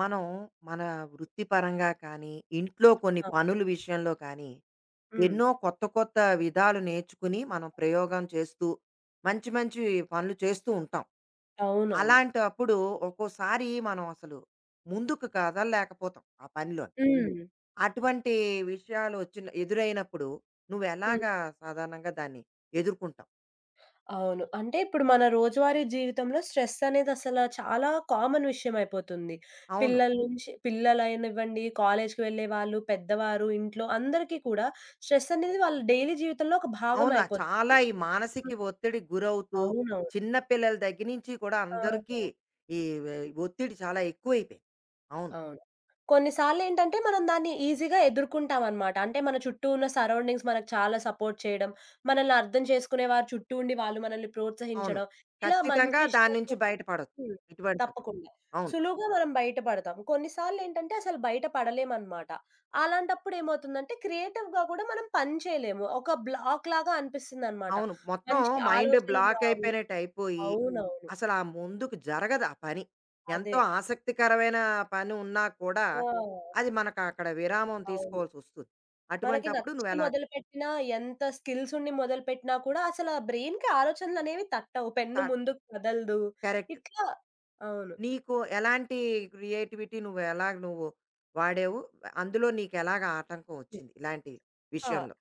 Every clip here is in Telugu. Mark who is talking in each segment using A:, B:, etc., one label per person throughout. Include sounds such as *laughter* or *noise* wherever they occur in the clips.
A: మనం మన వృత్తిపరంగా కానీ, ఇంట్లో కొన్ని
B: ఆ!
A: పనుల విషయంలో కానీ,
B: హ్మ్.
A: ఎన్నో కొత్త కొత్త విధాలు నేర్చుకుని మనం ప్రయోగం చేస్తూ, మంచి మంచి పనులు చేస్తూ ఉంటాం.
B: అవునవును.
A: అలాంటప్పుడు ఒక్కోసారి మనం అసలు ముందుకు కదలలేకపోతాం ఆ పనిలో.
B: హ్మ్. హ్మ్.
A: అటువంటి విషయాలు వచ్చిన ఎదురైనప్పుడు
B: హ్మ్.
A: నువ్వెలాగా సాధారణంగా దాన్ని ఎదుర్కొంటావు?
B: అవును, అంటే ఇప్పుడు మన రోజువారీ జీవితంలో స్ట్రెస్ అనేది అసల చాలా కామన్ విషయం అయిపోతుంది.
A: అవును.
B: పిల్లల నుంచి పిల్లలైనివ్వండి, కాలేజ్‌కి వెళ్ళే వాళ్ళు, పెద్దవారు, ఇంట్లో అందరికీ కూడా స్ట్రెస్ అనేది వాళ్ళ డైలీ జీవితంలో ఒక భాగం
A: అవును. ఆ!
B: అయిపోతుంది.
A: చాలా ఈ
B: హ్మ్.
A: మానసిక ఒత్తిడికి గురవుతూ,
B: అవునవును.
A: చిన్న పిల్లల దగ్గర నుంచి కూడా
B: ఆ!
A: అందరికీ ఈ వె ఒత్తిడి చాలా ఎక్కువైపోయింది. అవును.
B: అవును. కొన్నిసార్లేంటంటే, మనం దాన్ని ఈజీగా ఎదుర్కుంటామనమాట. అంటే, మన చుట్టూ ఉన్న సరౌండింగ్స్ మనకు చాలా సపోర్ట్ చేయడం, మనల్ని అర్థం చేసుకునేవారు చుట్టూ ఉండి వాళ్ళు మనల్ని
A: అవును.
B: ప్రోత్సహించడం, ఇలా మంచి
A: ఖచ్చితంగా దాని
B: విషయాలు.
A: నుంచి బయటపడొచ్చు.
B: హ్మ్.
A: ఇటువంటప్పుడు.
B: తప్పకుండా.
A: అవును.
B: సులువుగా మనం బయటపడతాం. కొన్నిసార్లేంటంటే, అసలు బయట పడలేమనమాట. అలాంటప్పుడేమవుతుందంటే, క్రియేటివ్‌గా కూడా మనం పని చేయలేము. ఒక బ్లాక్‌లాగా అనిపిస్తుందనమాట.
A: అవును. మొత్తం
B: మంచి
A: మైండ్
B: ఆలోచనలు
A: బ్లాక్
B: రావు.
A: అయిపోయినట్టు అయిపోయి,
B: అవునవును.
A: అసలు ఆ ముందుకు జరగదు ఆ పని.
B: అదే.
A: ఎంతో ఆసక్తికరమైన పని ఉన్నా కూడా,
B: ఆ!
A: అది మనకు అక్కడ విరామం
B: అవును.
A: తీసుకోవాల్సొస్తుంది.
B: మనకి
A: అటువంటప్పుడు
B: నచ్చి
A: నువ్వెలా
B: మొదలుపెట్టినా, ఎంత స్కిల్స్ ఉండి మొదలుపెట్టినా కూడా అసల ఆ బ్రెయిన్‌కి ఆలోచనలనేవి తట్టవు. పెన్ను
A: త
B: ముందుకు కదలదు.
A: కరెక్ట్.
B: ఇట్లా అవును.
A: నీకు ఎలాంటి క్రియేటివిటీ నువ్వు ఎలా నువ్వు వాడావు? అందులో నీకెలాగ ఆటంకం
B: హ్మ్.
A: వచ్చింది ఇలాంటి
B: ఆ!
A: విషయంలో?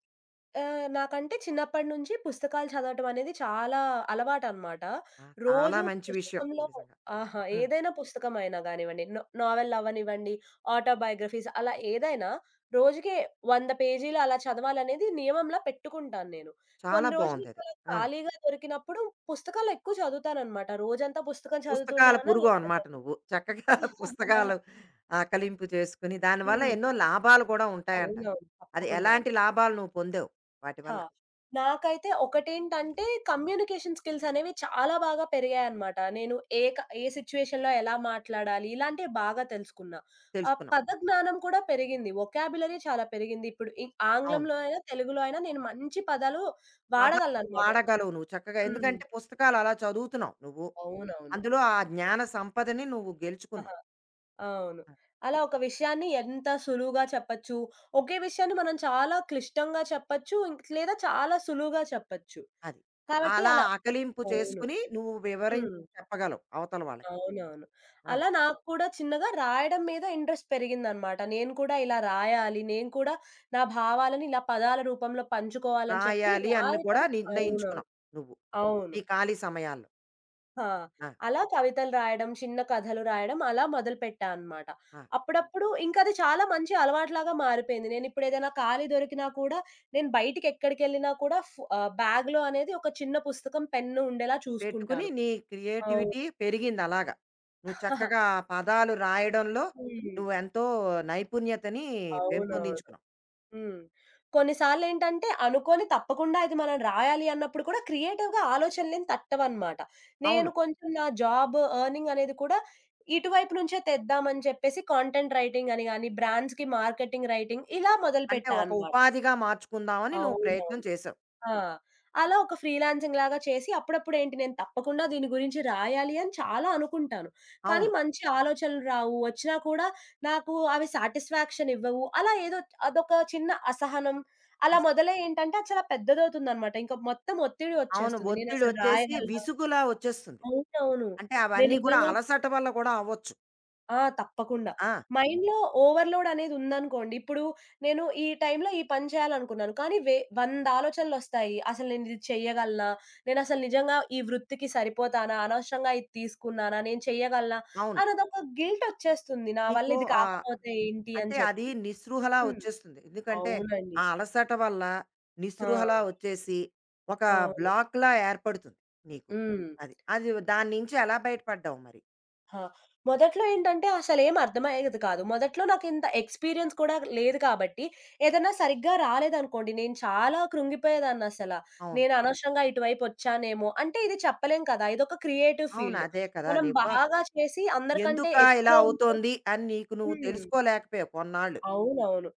B: నాకంటే చిన్నప్పటి నుంచి పుస్తకాలు చదవటం అనేది చాలా అలవాటనమాట.
A: ఆ! చాలా
B: రోజు
A: మంచి విషయం
B: పుస్తకంలో
A: నిజంగా.
B: ఆహా!
A: హ్మ్.
B: ఏదైనా పుస్తకం అయినా గానివ్వండి, నోవెల్ అవ్వనివ్వండి, ఆటోబయోగ్రఫీస్ అలా ఏదైనా రోజుకి 100 పేజీలు అలా చదవాలనేది నియమంలా పెట్టుకుంటాను నేను.
A: చాలా
B: కొన్ని
A: బావుందది.
B: రోజులిక
A: ఆ!
B: ఖాళీగా దొరికినప్పుడు పుస్తకాలు ఎక్కువ చదువుతాననమాట. రోజంతా పుస్తకం చదువుతూ
A: పుస్తకాల
B: ఉండమన్నా
A: పురుగవు
B: నేను
A: అనమాట
B: చదవను.
A: నువ్వు. చక్కగా *laughs* పుస్తకాలు
B: *laughs*
A: ఆకలింపు చేసుకుని, దానివల్ల
B: హ్మ్.
A: ఎన్నో లాభాలు కూడా ఉంటాయంటారు.
B: అవునవును.
A: అది
B: తప్పకుండా ఉం.
A: ఎలాంటి లాభాలు నువ్వు పొందావు వాటి
B: హా!
A: వల్ల?
B: నాకైతే ఒకటేంటంటే కమ్యూనికేషన్ స్కిల్స్ అనేవి చాలా బాగా పెరిగాయన్నమాట. నేను ఏ సిట్యుయేషన్‌లో ఎలా మాట్లాడాలి ఇలాంటివి బాగా తెలుసుకున్నా. ఆ
A: తెలుసుకున్నాం.
B: పదజ్ఞానం కూడా పెరిగింది. వొకాబ్యులరీ చాలా పెరిగింది. ఇప్పుడు ఇ
A: అవును.
B: ఆంగ్లంలో అయినా, తెలుగులో అయినా నేను మంచి పదాలు
A: పదాలు
B: వాడగలనన్నమాట.
A: వాడగలవు నువ్వు చక్కగా.
B: హ్మ్.
A: ఎందుకంటే పుస్తకాలు అలా చదువుతున్నావు నువ్వు.
B: అవునవును.
A: అందులో ఆ జ్ఞాన సంపదని నువ్వు గెలుచుకున్నావు.
B: ఆహా! అవును. అలా ఒక విషయాన్ని ఎంత సులువుగా చెప్పొచ్చు. ఒకే విషయాన్ని మనం చాలా క్లిష్టంగా చెప్పొచ్చు, ఇంక్ లేదా చాలా సులువుగా చెప్పొచ్చు.
A: అది.
B: కాబట్టి
A: అలా
B: అలా
A: ఆకలింపు
B: అవును.
A: చేసుకుని నువ్వు వివరించి
B: హ్మ్.
A: చెప్పగలవు అవతల వాళ్ళకి.
B: అవునవును.
A: ఆ!
B: అలా నాకు కూడా చిన్నగా రాయడం మీద ఇంట్రెస్ట్ పెరిగిందనమాట. నేను కూడా ఇలా రాయాలి, నేను కూడా నా భావాలను ఇలా పదాల రూపంలో పంచుకోవాలని చెప్పి
A: రాయాలి అని
B: రాయడం.
A: కూడా
B: అవునవును.
A: నిర్ణయించుకున్నావు నువ్వు.
B: అవును.
A: నీ ఖాళీ సమయాల్లో.
B: ఆ!
A: ఆ!
B: అలా కవితలు రాయడం, చిన్న కథలు రాయడం అలా మొదలుపెట్టా అనమాట.
A: ఆ!
B: అప్పుడప్పుడు ఇంకా అది చాలా మంచి అలవాటులాగా మారిపోయింది. నేనిప్పుడు ఏదైనా ఖాళీ దొరికినా కూడా నేను బయటికెక్కడికెళ్ళినా కూడా బ్యాగ్‌లో అనేది ఒక చిన్న పుస్తకం, పెన్ను ఉండేలా
A: పెట్టుకుని
B: చూసుకుంటాను.
A: నీ
B: అవును.
A: క్రియేటివిటీ పెరిగింది అలాగా. నువ్వు చక్కగా
B: *laughs*
A: ఆ పదాలు రాయడంలో
B: హ్మ్.
A: నువ్వెంతో నైపుణ్యతని
B: అవునవును.
A: పెంపొందించుకున్నావు.
B: హ్మ్. కొన్నిసార్లేంటంటే అనుకోని తప్పకుండా ఇది మనం రాయాలి అన్నప్పుడు కూడా క్రియేటివ్‌గా ఆలోచనలేం తట్టవన్నమాట. నేను
A: అవును.
B: కొంచెం నా జాబ్ ఎర్నింగ్ అనేది కూడా ఇటువైపు నుంచే తెద్దామని చెప్పేసి కాంటెంట్ రైటింగ్ అని గాని, బ్రాండ్స్‌కి మార్కెటింగ్ రైటింగ్ ఇలా
A: అంటే
B: మొదలుపెట్టా
A: ఒక
B: అన్నమాట.
A: ఉపాధిగా మార్చుకుందామని నువ్వు ప్రయత్నం
B: అవునవును.
A: చేసావు.
B: ఆ! అలా ఒక ఫ్రీలాన్సింగ్ లాగా చేసి అప్పుడప్పుడేంటి నేను తప్పకుండా దీని గురించి రాయాలి అని చాలా అనుకుంటాను. కానీ
A: అవును.
B: మంచి ఆలోచనలు రావు. వచ్చినా కూడా నాకు అవి సాటిస్ఫాక్షన్ ఇవ్వవు. అలా ఏదో అదొక చిన్న అసహనం అలా
A: అసలు
B: మొదలై ఏంటంటే అది చాలా పెద్దదవుతుందనమాట. ఇంక మొత్తం ఒత్తిడి
A: అవును.
B: వచ్చేస్తుంది. నేనసలు
A: ఒత్తిడొచ్చేసి
B: రాయగలనా?
A: విసుగులా వచ్చేస్తుంది.
B: అవునవును.
A: అంటే
B: నేను
A: అవన్నీ కూడా
B: నిజంగా
A: అలసట వల్ల కూడా అవ్వచ్చు.
B: ఆ! తప్పకుండా.
A: ఆ!
B: మైండ్‌లో ఓవర్‌లోడ్ అనేదుందనుకోండి. ఇప్పుడు నేను ఈ టైంలో ఈ పని చేయాలనుకున్నాను. కానీ 100 ఆలోచనలొస్తాయి. అసలు నేనిది చెయ్యగలనా? నేనసలు నిజంగా ఈ వృత్తికి సరిపోతానా? అనవసరంగా ఇది తీసుకున్నానా? నేను చెయ్యగలనా?
A: అవును.
B: అన్నదొక గిల్టొచ్చేస్తుంది, నా వల్ల
A: నీకు
B: ఇది
A: ఆహ్,
B: కాకపోతే ఏంటి అని
A: అంటే అది
B: చెప్పి.
A: నిస్పృహలా
B: హ్మ్.
A: వచ్చేస్తుంది. ఎందుకంటే,
B: అవునండి.
A: ఆ అలసట వల్ల
B: ఆ!
A: నిస్పృహలా వచ్చేసి, ఒక
B: అవును.
A: బ్లాక్‌లా ఏర్పడుతుంది నీకు.
B: హ్మ్.
A: అది. అది దాని నుంచి ఎలా బయటపడ్డావు మరి?
B: ఆ! మొదట్లో ఏంటంటే అసలేం అర్థమయ్యేది కాదు. మొదట్లో నాకింత ఎక్స్‌పీరియన్స్ కూడా లేదు కాబట్టి, ఏదన్నా సరిగ్గా రాలేదనుకోండి, నేను చాలా కృంగిపోయేదాన్నసల.
A: అవును.
B: నేను అనవసరంగా ఇటువైపొచ్చానేమో. అంటే ఇది చెప్పలేం కదా! ఇదొక క్రియేటివ్
A: అవును.
B: ఫీల్డ్.
A: అదే కదా!
B: మనం
A: నీకు
B: బాగా చేసి అందరికంటే
A: ఎందుకా ఇలా
B: ఎత్తులో ఉంటే
A: అవుతోంది అని నీకు నువ్వు
B: హ్మ్.
A: తెలుసుకోలేకపోయావు కొన్నాళ్ళు.
B: అవునవును.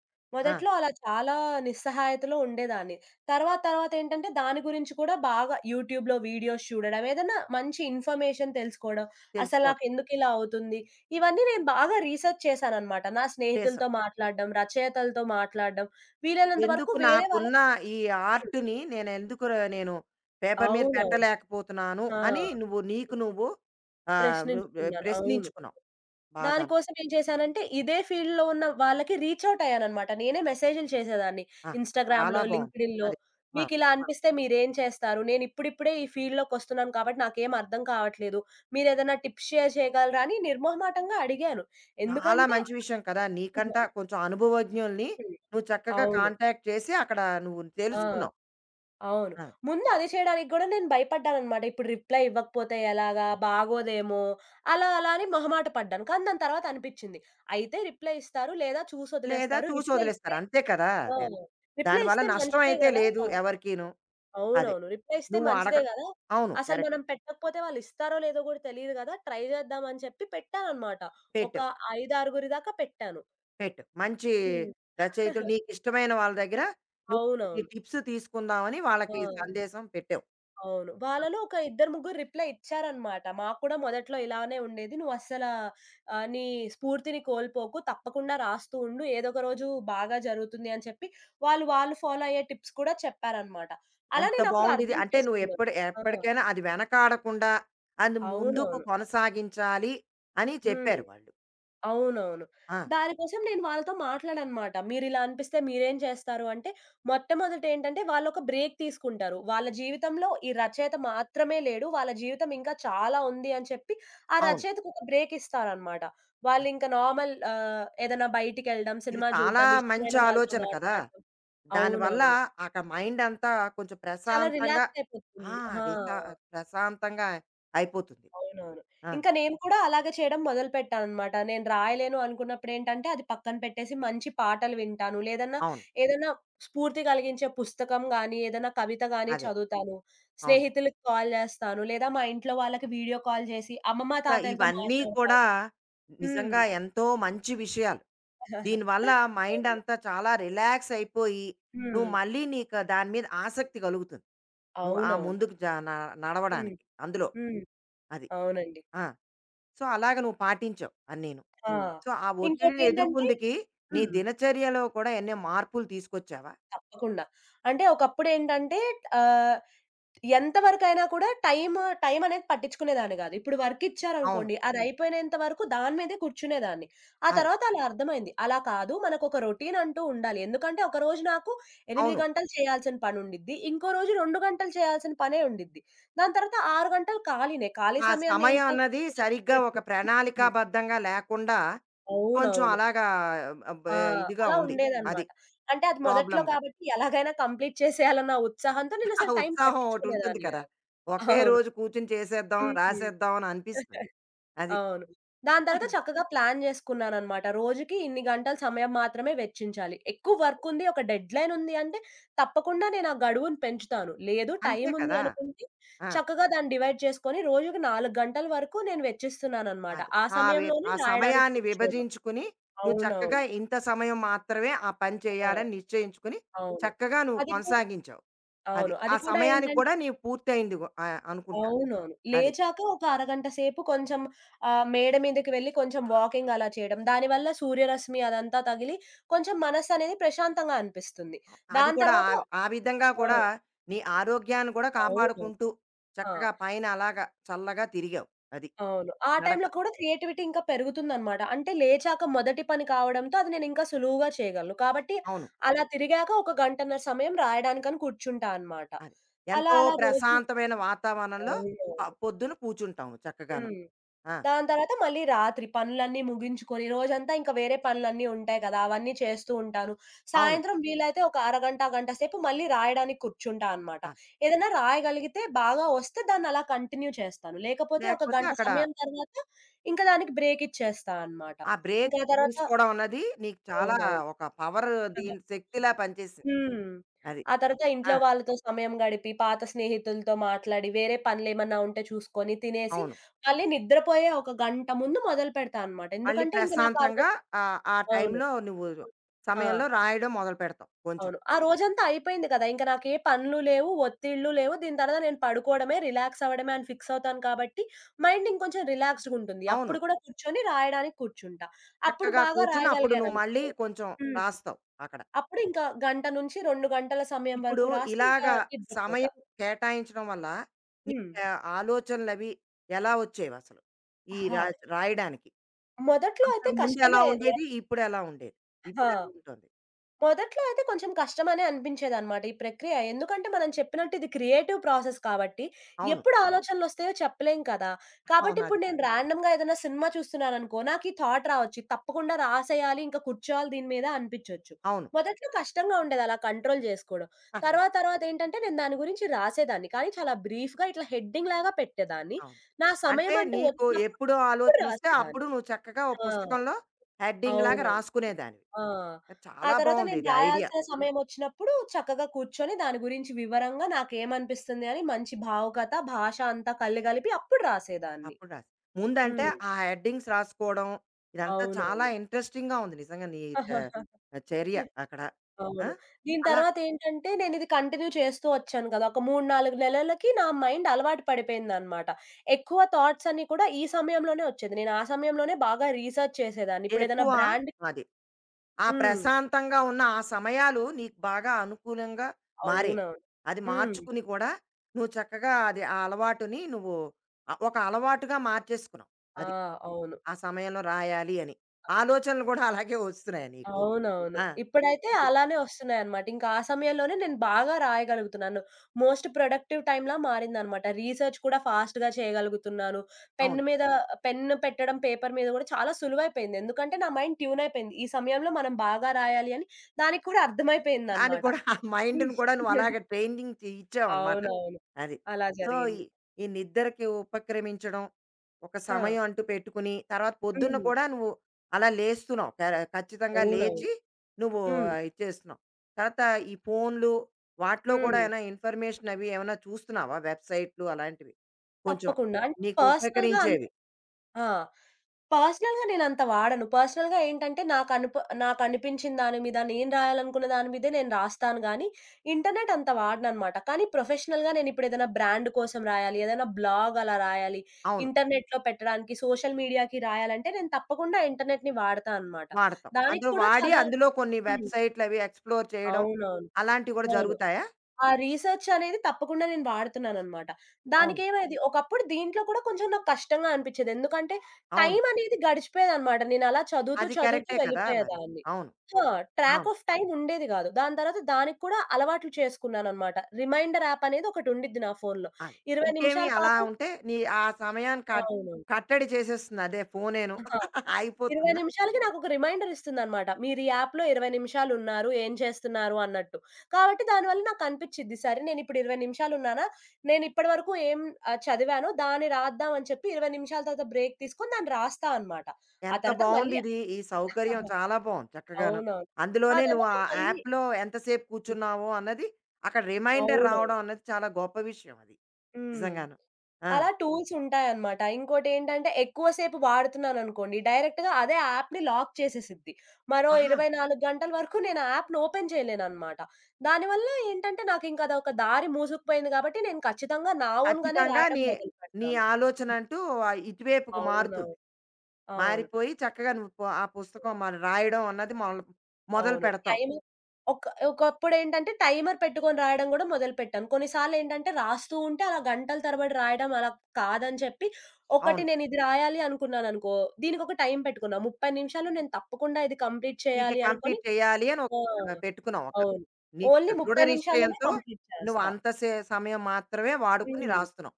A: ఆ!
B: మొదట్లో అలా చాలా నిస్సహాయతలో ఉండేదాన్ని. తర్వాత తర్వాత ఏంటంటే దాని గురించి కూడా బాగా యూట్యూబ్‌లో వీడియోస్ చూడడం, ఏదన్నా మంచి ఇన్ఫర్మేషన్ తెలుసుకోవడం, అసలు
A: తెలుసుకోవడం
B: నాకెందుకిలా అవుతుంది, ఇవన్నీ నేను బాగా రీసెర్చ్ చేశాననమాట. నా
A: చేసావు.
B: స్నేహితులతో మాట్లాడడం, రచయితలతో మాట్లాడడం, వీలైనంత వరకు
A: ఎందుకు
B: వేరే
A: నాకున్న
B: వాళ్ళకి
A: ఈ
B: హ్మ్.
A: ఆర్ట్‌ని నేనెందుకు నేను పేపర్ మీద
B: అవునవును.
A: పెట్టలేకపోతున్నాను
B: ఆ!
A: అని నువ్వు నీకు నువ్వు ఆహ్, వ్ వ్
B: ప్రశ్నించుకున్నాను. అవును.
A: ప్రశ్నించుకున్నావు.
B: దాని
A: బాగాను.
B: కోసం ఏం చేశానంటే, ఇదే ఫీల్డ్‌లో ఉన్న వాళ్ళకి రీచ్ ఔట్ అయ్యాననమాట. నేనే మెసేజ్‌లు చేసేదాన్ని.
A: ఆహా!
B: ఇన్‌స్టాగ్రామ్‌లో,
A: చాలా బావుంది.
B: లింక్డ్‌ఇన్‌లో,
A: అది. ఆ!
B: మీకిలా అనిపిస్తే మీరేం చేస్తారు? నేనిప్పుడిప్పుడే ఈ ఫీల్డ్‌లోకొస్తున్నాను కాబట్టి నాకేం అర్థం కావట్లేదు. మీరేదైనా టిప్స్ షేర్ చేయగలరా? అని నిర్మొహమాటంగా అడిగాను.
A: చాలా
B: ఎందుకంటే
A: మంచి విషయం కదా! నీకంటా కొంచెం అనుభవజ్ఞుల్ని
B: హ్మ్.
A: నువ్వు చక్కగా
B: అవును.
A: కాంటాక్ట్ చేసి అక్కడ నువ్వు
B: ఆ!
A: తెలుసుకున్నావు.
B: అవును.
A: ఆ!
B: ముందు అది చేయడానికి గూడా నేను భయపడ్డాననమాట. ఇప్పుడు రిప్లై ఇవ్వకపోతే ఎలాగా? బాగోదేమో! అలా అలా అని మొహమాట పడ్డాను. కానీ దాని తర్వాత అనిపిచ్చింది, అయితే రిప్లై ఇస్తారు లేదా
A: లేదా
B: చూసొదిలేస్తారు.
A: చూసి
B: రిప్లై
A: వదిలేస్తారు.
B: ఇస్తే
A: అంతే కదా!
B: ఆ!
A: అదే.
B: రిప్లై
A: దానివల్ల
B: ఇస్తే
A: నష్టం
B: మంచిదే
A: అయితే
B: గదా!
A: లేదు ఎవరికీను. అదే.
B: అవునవును. రిప్లై ఇస్తే
A: నువ్వు అడగ
B: మంచిదే గదా!
A: అవును.
B: అసలు
A: కరెక్ట్.
B: మనం పెట్టకపోతే వాళ్ళిస్తారో లేదో గూడా తెలీదు గదా! ట్రై జేద్దామని చెప్పి పెట్టాననమాట. ఒక
A: పెట్టావు.
B: ఐదారుగురి దాకా పెట్టాను.
A: పెట్టావు. మంచి
B: హ్మ్.
A: రచయితలు
B: *laughs*
A: నీకిష్టమైన వాళ్ళ దగ్గర నువ్వు కొన్ని
B: అవునవును.
A: టిప్స్ తీసుకుందామని
B: ఆ!
A: వాళ్ళకి సందేశం పెట్టావు.
B: అవును. వాళ్ళలో ఒక ఇద్దరు, ముగ్గురు రిప్లై ఇచ్చారనమాట. "మాకు కూడా మొదట్లో ఇలానే ఉండేది. నువ్వస్సలా నీ స్ఫూర్తిని కోల్పోకు. తప్పకుండా రాస్తూ ఉండు. ఏదో ఒక రోజు బాగా జరుగుతుంది" అని చెప్పి వాళ్ళు ఫాలో అయ్యే టిప్స్ కూడా చెప్పారనమాట. అలా
A: ఎంత
B: నేనప్పుడు
A: బావుందిది.
B: అర్థం
A: అంటే
B: చేసుకున్నాను.
A: నువ్వెప్పుడు
B: ఆ!
A: ఎప్పటికైనా అది వెనకాడకుండా, అది ముందుకు
B: అవునవును.
A: కొనసాగించాలి అని
B: హ్మ్.
A: చెప్పారు వాళ్ళు.
B: అవునవును.
A: ఆ!
B: దానికోసం నేను వాళ్ళతో మాట్లాడానమాట. మీరిలా అనిపిస్తే మీరేం చేస్తారు అంటే, మొట్టమొదటేంటంటే వాళ్ళొక బ్రేక్ తీసుకుంటారు. వాళ్ళ జీవితంలో ఈ రచయిత మాత్రమే లేడు. వాళ్ళ జీవితం ఇంకా చాలా ఉంది అని చెప్పి, ఆ
A: అవును.
B: రచయితకొక బ్రేక్ ఇస్తారనమాట.
A: అది.
B: వాళ్ళింక నార్మల్ ఏదైనా బయటికెళ్ళడం,
A: ఇది
B: సినిమా
A: చాలా
B: చూడడం,
A: మంచి
B: ఇష్టమైన వాళ్ళతో
A: ఆలోచన కదా!
B: మాట్లాడడం.
A: దానివల్ల
B: అవునవును.
A: అక్కడ మైండంతా కొంచెం
B: చాలా
A: ప్రశాంతంగా
B: రిలాక్స్ అయిపోతుంది.
A: ఆ!
B: ఆ!
A: రిసా ప్రశాంతంగా అయిపోతుంది.
B: అవునవును.
A: ఆ!
B: ఇంకా నేను కూడా అలాగే చేయడం మొదలుపెట్టాననమాట. నేను రాయలేను అనుకున్నప్పుడేంటంటే, అది పక్కన పెట్టేసి మంచి పాటలు వింటాను. లేదన్నా
A: అవును.
B: ఏదన్నా స్ఫూర్తి కలిగించే పుస్తకం గానీ, ఏదన్నా కవిత గానీ
A: అదే.
B: చదువుతాను.
A: అవును.
B: స్నేహితులకి కాల్ జేస్తాను. లేదా మా ఇంట్లో వాళ్ళకి వీడియో కాల్ చేసి అమ్మమ్మ,
A: సో,
B: తాతయ్యలతో
A: ఇవన్నీ కూడా
B: మాట్లాడతాను. హ్మ్.
A: నిజంగా ఎంతో మంచి విషయాలు. దీనివల్ల మైండ్
B: అవును.
A: అంతా చాలా రిలాక్స్ అయిపోయి, నువ్వు
B: హ్మ్.
A: మళ్ళీ నీకు దాని మీద ఆసక్తి కలుగుతుంది. నువ్వు ఆ
B: అవునవును.
A: ముందుకు జ న
B: హ్మ్.
A: నడవడానికి అందులో.
B: హ్మ్.
A: అది.
B: అవునండి.
A: ఆ! సో, అలాగ నువ్వు పాటించావు అన్నీను.
B: ఆ!
A: సో, ఆ ఒత్తిడిని
B: ఇంకోటేంటంటే
A: ఎదుర్కొందుకి నీ
B: హ్మ్.
A: దినచర్యలో కూడా ఎన్నో మార్పులు తీసుకొచ్చావా?
B: తప్పకుండా. అంటే ఒకప్పుడేంటంటే ఆహ్ ఎంత వరకైనా కూడా టైమనేది పట్టించుకునేదాన్ని గాదు. ఇప్పుడు
A: అవును.
B: వర్కిచ్చారనుకోండి, హ్మ్, అదయిపోయినంత వరకు దాని మీదే కూర్చునేదాన్ని. ఆ
A: అది.
B: తర్వాత అలా అర్థమైంది. అలా కాదు మనకొక రొటీనంటూ ఉండాలి. ఎందుకంటే, ఒక రోజు నాకు 8
A: అవును.
B: గంటలు చేయాల్సిన పనుండిద్ది. ఇంకో రోజు 2 గంటలు చేయాల్సిన పనే ఉండిద్ది. దాని తర్వాత 6 గంటలు ఖాళీనే. ఖాళీ
A: ఆ
B: సమయాన్ని ఏం
A: సమయం అన్నది
B: చేస్తాను
A: సరిగ్గా ఒక
B: హ్మ్.
A: ప్రణాళికాబద్ధంగా లేకుండా కొంచెం
B: అవునవును.
A: అలాగా ఆహ్, బ్
B: ఆ!
A: ఇదిగా
B: అలా
A: ఉంది. అది.
B: ఉండేదనమాట. అంటే అది మొదట్లో
A: ప్రాబ్లమ్‌గా.
B: కాబట్టి ఎలాగైనా కంప్లీట్ చేసేయాలన్న ఉత్సాహంతో
A: ఆ *laughs*
B: నేనసలు టైం
A: ఉత్సాహం ఒకటుంటుంది
B: పట్టించుకునేదాన్ని
A: కదా!
B: గాదు.
A: ఒకే
B: అవును.
A: రోజు కూర్చొని చేసేద్దాం,
B: హ్మ్.
A: రాసేద్దాం అని అనిపిస్తుంది. అది.
B: అవును. దాని తర్వాత
A: *laughs*
B: చక్కగా ప్లాన్ జేసుకున్నాననమాట. రోజుకి ఇన్ని గంటలు సమయం మాత్రమే వెచ్చించాలి. ఎక్కువ వర్క్ ఉంది, ఒక డెడ్‌లైన్ ఉంది అంటే తప్పకుండా నేను ఆ గడువును పెంచుతాను. లేదు టైం
A: అంతే
B: ఉంది
A: కదా!
B: అనుకుంటే
A: ఆ!
B: చక్కగా దాన్ని డివైడ్ చేసుకొని రోజుకి 4 గంటల వరకు నేను వెచ్చిస్తున్నాననమాట.
A: అది.
B: ఆ
A: ఆ
B: సమయంలోనే
A: ఆ
B: రాయడానికి
A: సమయాన్ని
B: కూర్చోవడం.
A: విభజించుకుని, నువ్వు చక్కగా
B: అవునవును.
A: ఇంత సమయం మాత్రమే ఆ పని చేయాలని
B: ఆ!
A: నిశ్చయించుకుని,
B: అవును.
A: చక్కగా నువ్వు
B: అది కూడా
A: కొనసాగించావు. అది.
B: అవును. అది
A: ఆ
B: కూడా
A: సమయానికి
B: ఏంటంటే
A: కూడా నీవు పూర్తయింది అనుకుంటా.
B: అవునవును.
A: అది.
B: లేచాక ఒక అరగంట సేపు కొంచెం మేడ మీదకి వెళ్లి కొంచెం వాకింగ్ అలా చేయడం. దానివల్ల సూర్యరశ్మి అదంతా తగిలి కొంచెం మనస్సనేది ప్రశాంతంగా అనిపిస్తుంది.
A: అది
B: దాని
A: కూడా
B: తర్వాత
A: ఆ ఆ విధంగా
B: ఆ!
A: కూడా నీ ఆరోగ్యాన్ని కూడా
B: అవును.
A: కాపాడుకుంటూ,
B: ఆ!
A: చక్కగా పైన అలాగా చల్లగా తిరిగావు. అది.
B: అవును. ఆ
A: నడక.
B: టైంలో కూడా క్రియేటివిటీ ఇంకా పెరుగుతుందనమాట. అంటే లేచాక మొదటి పని కావడంతో అది నేనింకా సులువుగా చేయగలను. కాబట్టి
A: అవును.
B: అలా తిరిగాక ఒక గంటన్నర సమయం రాయడానికని కూర్చుంటా అనమాట.
A: అది.
B: అలా
A: ఎంతో
B: అలా రోజు
A: ప్రశాంతమైన వాతావరణంలో
B: అవునవును.
A: ప పొద్దున కూర్చుంటాం చక్కగాను.
B: హ్మ్.
A: ఆ!
B: దాని తర్వాత మళ్ళీ రాత్రి పనులన్నీ ముగించుకొని రోజంతా ఇంకా వేరే పనులన్నీ ఉంటాయి కదా! అవన్నీ చేస్తూ ఉంటాను.
A: అవును.
B: సాయంత్రం వీలైతే ఒక అరగంట, గంట సేపు మళ్ళీ రాయడానికి కూర్చుంటా అనమాట.
A: ఆ!
B: ఏదైనా రాయగలిగితే బాగా వస్తే దాన్ని అలా కంటిన్యూ చేస్తాను. లేకపోతే ఒక
A: లేకపోతే
B: గంట
A: అక్కడ
B: సమయం తర్వాత ఇంకా దానికి బ్రేక్ ఇచ్చేస్తా అనమాట.
A: ఆ బ్రేక్
B: ఇంకా ఆ తర్వాత
A: తీసుకోవడం అన్నది నీకు చాలా
B: అవునవును.
A: ఒక పవర్ దీని శక్తిలా పనిచేసింది.
B: హ్మ్.
A: అది.
B: ఆ తర్వాత
A: ఆ!
B: ఇంట్లో వాళ్ళతో సమయం గడిపి, పాత స్నేహితులతో మాట్లాడి, వేరే పనులేమన్నా ఉంటే చూసుకొని, తినేసి,
A: అవును.
B: మళ్ళీ నిద్రపోయే ఒక గంట ముందు మొదలుపెడతా అన్నమాట.
A: మళ్ళీ
B: ఎందుకంటే ఇంక నాకు ఆ
A: ప్రశాంతంగా
B: రోజు
A: ఆ
B: అవును.
A: టైంలో నువ్వు
B: ఆ!
A: సమయంలో రాయడం మొదలుపెడతావు కొంచెం.
B: అవును. ఆ రోజంతా అయిపోయింది కదా! ఇంక నాకు ఏ పనులు లేవు, ఒత్తిళ్ళు లేవు. దీని తర్వాత నేను పడుకోవడమే, రిలాక్స్ అవ్వడమే అని ఫిక్స్ అవుతాను కాబట్టి, మైండ్ ఇంకొంచెం రిలాక్స్‌గుంటుంది.
A: అవును.
B: అప్పుడు కూడా కూర్చొని రాయడానికి కూర్చుంటా. అప్పుడు
A: చక్కగా
B: బాగా
A: కూర్చొని అప్పుడు నువ్వు
B: రాయగలిగాననుకో
A: మళ్ళీ కొంచెం
B: హ్మ్.
A: రాస్తావు అక్కడ.
B: అప్పుడు ఇంకా గంట నుంచి 2 గంటల సమయం
A: ఇప్పుడు
B: వరకు రాసి ఇంకా
A: ఇలాగా
B: నిద్రపోతా.
A: సమయం కేటాయించడం వల్ల నీ
B: హ్మ్.
A: ఆలోచనలవి ఎలా వచ్చేవసలు? ఈ
B: ఆ!
A: రాయడానికి?
B: మొదట్లో అయితే
A: అంతకుముందు ఎలా
B: కష్టమయ్యేది.
A: ఉండేది? ఇప్పుడు ఎలా ఉండేది?
B: ఆ!
A: ఇప్పుడు ఎలా ఉంటుంది?
B: మొదట్లో అయితే కొంచెం కష్టమనే అనిపించేదనమాట ఈ ప్రక్రియ. ఎందుకంటే మనం చెప్పినట్టు ఇది క్రియేటివ్ ప్రాసెస్ కాబట్టి,
A: అవును.
B: ఎప్పుడు అవును. ఆలోచనలొస్తాయో చెప్పలేం కదా! కాబట్టి
A: అవును.
B: ఇప్పుడు
A: అది
B: నేను అవును.
A: కరెక్ట్.
B: ర్యాండమ్‌గా ఏదైనా సినిమా చూస్తున్నాననుకో, నాకీ థాట్ రావచ్చు. ఇది తప్పకుండా రాసేయాలి, ఇంకా కూర్చోవాలి దీని మీద అనిపిచ్చొచ్చు.
A: అవును.
B: మొదట్లో కష్టంగా ఉండేది అలా కంట్రోల్ జేసుకోవడం.
A: అది.
B: తర్వాతేంటంటే నేను దాని గురించి రాసేదాన్ని. కానీ చాలా బ్రీఫ్‌గా ఇట్లా హెడ్డింగ్ లాగా పెట్టేదాన్ని.
A: అవును.
B: నా
A: అంటే
B: సమయమంటూ
A: నీకు
B: వచ్చినప్పుడు
A: ఎప్పుడో
B: అప్పుడు
A: ఆలోచనొస్తే
B: రాసేదాన్ని.
A: అప్పుడు నువ్వు చక్కగా ఓ
B: ఆ!
A: పుస్తకంలో హెడ్డింగ్‌లాగా
B: అవునవును.
A: రాసుకునేదానివి.
B: ఆ!
A: అది
B: ఆ
A: చాలా
B: తర్వాత
A: బావుంది
B: నేను
A: ఇది ఐడియా.
B: రాయాల్సిన సమయమొచ్చినప్పుడు చక్కగా కూర్చొని దాని గురించి వివరంగా నాకేమనిపిస్తుంది అని మంచి భావుకథ, భాష అంతా కళ్ళు గలిపి అప్పుడు రాసేదాన్ని.
A: అప్పుడు రాసి ముందంటే
B: హ్మ్.
A: ఆ హెడ్డింగ్స్ రాసుకోవడం, ఇదంతా చాలా
B: అవునవును.
A: ఇంట్రెస్టింగ్‌గా ఉంది నిజంగా నీ చ
B: *laughs*
A: చర్య అక్కడ. ఆ!
B: అవును. దీని
A: అలా
B: తర్వాతేంటంటే నేనిది కంటిన్యూ చేస్తూ వచ్చాను కదా! ఒక 3, 4 నెలలకి నా మైండ్ అలవాటు పడిపోయిందనమాట. ఎక్కువ థాట్స్ అన్నీ కూడా ఈ సమయంలోనే వచ్చేది. నేను ఆ సమయంలోనే బాగా రీసెర్చ్ చేసేదాన్ని. ఇప్పుడేదైనా
A: ఎక్కువ
B: బ్రాండ్
A: అది. ఆ
B: హ్మ్.
A: ప్రశాంతంగా ఉన్న ఆ సమయాలు నీకు బాగా అనుకూలంగా మారాయి.
B: అవునవును.
A: అది
B: హ్మ్.
A: మార్చుకుని కూడా నువ్వు చక్కగా అది ఆ అలవాటుని నువ్వు ఒక అలవాటుగా మార్చేసుకున్నావు.
B: ఆ!
A: అది.
B: అవును.
A: ఆ సమయంలో రాయాలి అని. ఆలోచనలు కూడా అలాగే వస్తున్నాయా నీకు?
B: అవునవును.
A: ఆ!
B: ఇప్పుడైతే
A: ఇప్పుడు
B: అలానే వస్తున్నాయన్నమాట. ఇంకా ఆ సమయంలోనే నేను బాగా రాయగలుగుతున్నాను. మోస్ట్ ప్రొడక్టివ్ టైమ్‌లా మారిందన్నమాట. రీసెర్చ్ కూడా ఫాస్ట్‌గా చేయగలుగుతున్నాను. పెన్
A: అవును.
B: మీద పెన్ పెట్టడం పేపర్ మీద గూడా చాలా సులువైపోయింది. ఎందుకంటే నా మైండ్ ట్యూన్ అయిపోయింది. ఈ సమయంలో మనం బాగా రాయాలి అని దానికి కూడా
A: అని
B: అర్థమైపోయిందన్నమాట.
A: కూడా ఆ మైండ్‌ని కూడా నువ్వు అలాగ ట్రైనింగ్ చే ఇచ్చావనమాట.
B: అవునవును.
A: అది.
B: అలా
A: సో, ఈ
B: జరిగింది.
A: ఈ నిద్రకి ఉపక్రమించడం, ఒక
B: ఆ!
A: సమయం అంటూ పెట్టుకుని, తర్వాత పొద్దున్న
B: హ్మ్.
A: కూడా నువ్వు అలా లేస్తున్నావు. ఖచ్చితంగా
B: అవునవును.
A: లేచి నువ్వు
B: హ్మ్.
A: ఇది చేస్తున్నావు. తర్వాత ఈ ఫోన్‌లు వాటిలో కూడా
B: హ్మ్.
A: ఏమైనా ఇన్ఫర్మేషన్ అవి ఏమైనా చూస్తున్నావా? వెబ్‌సైట్‌లు అలాంటివి. కొంచెం
B: తప్పకుండా. అంటే
A: నీకు
B: పర్సనల్‌గా అంత
A: ఉపకరించేవి.
B: ఆ! పర్సనల్‌గా నేనంత వాడను. పర్సనల్‌గా ఏంటంటే నాకనిపించిన దాని మీద, నేను రాయాలనుకున్న దాని మీదే నేను రాస్తాను గానీ, ఇంటర్నెట్ అంత వాడననమాట. కానీ ప్రొఫెషనల్‌గా నేనిప్పుడేదైనా బ్రాండ్ కోసం రాయాలి, ఏదైనా బ్లాగ్ అలా రాయాలి,
A: అవును.
B: ఇంటర్నెట్‌లో పెట్టడానికి, సోషల్ మీడియాకి రాయాలంటే నేను తప్పకుండా ఇంటర్నెట్‌ని వాడతా అనమాట.
A: వాడతాం.
B: దానికి
A: అందులో
B: కూడా
A: వాడి
B: చాలా
A: అందులో కొన్ని
B: హ్మ్.
A: వెబ్‌సైట్‌లు అవి ఎక్స్‌ప్లోర్ చేయడం
B: అవునవును.
A: అలాంటివి కూడా
B: అవును.
A: జరుగుతాయా?
B: ఆ రీసెర్చ్ అనేది తప్పకుండా నేను వాడుతున్నాననమాట.
A: అవును.
B: దానికేమైంది, ఒకప్పుడు దీంట్లో కూడా కొంచెం నాకు కష్టంగా అనిపిచ్చేది. ఎందుకంటే,
A: అవును.
B: టైం అనేది గడిచిపోయేదనమాట. నేనలా చదువుతూ,
A: అది
B: చదువుతూ
A: కరెక్టే కదా మరి.
B: వెళ్ళిపోయేదాన్ని.
A: అవును.
B: ఆ! ట్రాక్
A: అవును.
B: ఆఫ్ టైమ్ ఉండేది గాదు. దాని తర్వాత దానికి కూడా అలవాట్లు చేసుకున్నాననమాట. రిమైండర్ యాప్ అనేది ఒకటుండిద్ది నా ఫోన్‌లో.
A: అది.
B: 20
A: ఇంకేమి
B: నిమిషాల
A: అలా
B: పాటు
A: ఉంటే నీ ఆ సమయాన్ని కట్
B: అవును,
A: కట్టడి చేసేస్తుంది అదే ఫోనేను. *laughs*
B: 20
A: అయిపోతుందా?
B: నిమిషాలకి నాకొక రిమైండర్ ఇస్తుందనమాట. మీరు ఈ యాప్‌లో 20 నిమిషాలున్నారు. ఏం చేస్తున్నారు అన్నట్టు. కాబట్టి దానివల్ల నాకు అనిపిచ్చిద్ది. సరే నేనిప్పుడు 20 నిమిషాలున్నానా? నేనిప్పటి వరకు ఏం చదివానో దాన్ని రాద్దాం అని చెప్పి 20 నిమిషాల తర్వాత బ్రేక్ తీసుకొని దాన్ని రాస్తా అనమాట. ఆ
A: ఎంత
B: తర్వాత మళ్ళీ
A: బావుందిది. ఈ సౌకర్యం
B: *laughs*
A: చాలా బావుంది చక్కగాను.
B: అవునవును. ఆ
A: అందులోనే నువ్వు
B: తర్వాత
A: ఆ
B: మళ్ళీ
A: యాప్‌లో ఎంతసేపు
B: హ్మ్.
A: కూర్చున్నావో అన్నది అక్కడ రిమైండర్
B: అవునవును.
A: రావడం అన్నది చాలా గొప్ప విషయం అది.
B: హ్మ్.
A: నిజంగాను. ఆ!
B: అలా టూల్స్ ఉంటాయన్నమాట. ఇంకోటేంటంటే ఎక్కువ సేపు వాడుతున్నాననుకోండి, డైరెక్ట్‌గా అదే యాప్‌ని లాక్ చేసేసిద్ది. మరో
A: ఆహా!
B: 24 గంటల వరకు నేను ఆ యాప్‌ని ఓపెన్ చేయలేనన్నమాట. దానివల్ల ఏంటంటే నాకింక అదొక దారి మూసుకుపోయింది కాబట్టి నేను ఖచ్చితంగా నా ఓన్‌గానే
A: ఖచ్చితంగా
B: రాయడం
A: నీ
B: మొదలు
A: నీ
B: పెడతాను.
A: ఆలోచన అంటూ ఇటువైపుకు మారుతుంది.
B: అవునవును. అవును.
A: మారిపోయి చక్కగా నువ్వు ఆ పుస్తకం మరి రాయడం అన్నది మొదలు మొదలు
B: అవును.
A: పెడతావు.
B: టైము ఒక ఒకప్పుడేంటంటే టైమర్ పెట్టుకొని రాయడం గూడా మొదలుపెట్టాను. కొన్నిసార్లేంటంటే రాస్తూ ఉంటే అలా గంటల తరబడి రాయడం అలా కాదని చెప్పి, ఒకటి
A: అవును.
B: నేనిది రాయాలి అనుకున్నాననుకో, దీనికొక టైం పెట్టుకున్నా. 30 నిమిషాల్లో నేను తప్పకుండా ఇది కంప్లీట్
A: ఇది
B: చేయాలి అనుకోని
A: కంప్లీట్ చేయాలి అని
B: ఆ!
A: ఒక పెట్టుకున్నావు. ఒక
B: అవును.
A: నిశ్చ
B: ఓన్లీ
A: దృఢ
B: 30 నిమిషాల్లోనే
A: నిశ్చయంతో
B: కంప్లీట్
A: నువ్వు
B: చేస్తా.
A: అంత సమయం మాత్రమే వాడుకొని
B: హ్మ్.
A: రాస్తున్నావు.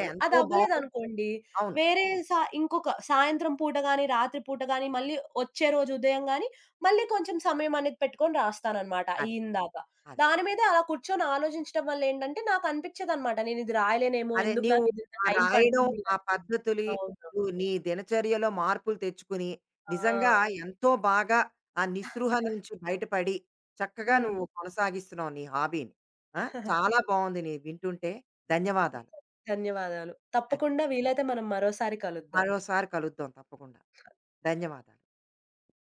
A: ఏ,
B: అది
A: ఎంతో బావుంది.
B: అవ్వలేదనుకోండి,
A: అవును.
B: వేరే ఇంకొక సాయంత్రం పూట గాని, రాత్రి పూట గాని, మళ్ళీ వచ్చే రోజు ఉదయం గాని, మళ్ళీ కొంచెం సమయం అనేది పెట్టుకొని రాస్తాననమాట
A: అదే.
B: అయిందాక.
A: అదే.
B: దాని మీదే అలా కూర్చొని ఆలోచించడం వల్ల ఏంటంటే, నాకు అనిపిచ్చేదనమాట నేను ఇది రాయలేనేమో,
A: అదే
B: ఎందుకు
A: నీవు
B: నాకు ఇదింత
A: ఆ
B: టైం
A: రాయడం,
B: పడుతుంది
A: ఆ
B: అని.
A: పద్ధతులి
B: అవును.
A: నువ్వు నీ దినచర్యలో మార్పులు తెచ్చుకుని, నిజంగా
B: ఆ!
A: ఎంతో బాగా ఆ నిస్పృహ నుంచి బయటపడి, చక్కగా
B: హ్మ్.
A: నువ్వు కొనసాగిస్తున్నావు నీ హాబీని. ఆ!
B: *laughs*
A: చాలా బావుంది నీ వింటుంటే. ధన్యవాదాలు.
B: ధన్యవాదాలు.
A: ధన్
B: తప్పకుండా వీలైతే మనం మరోసారి కలుద్దాం.
A: మరోసారి కలుద్దాం తప్పకుండా. ధన్యవాదాలు.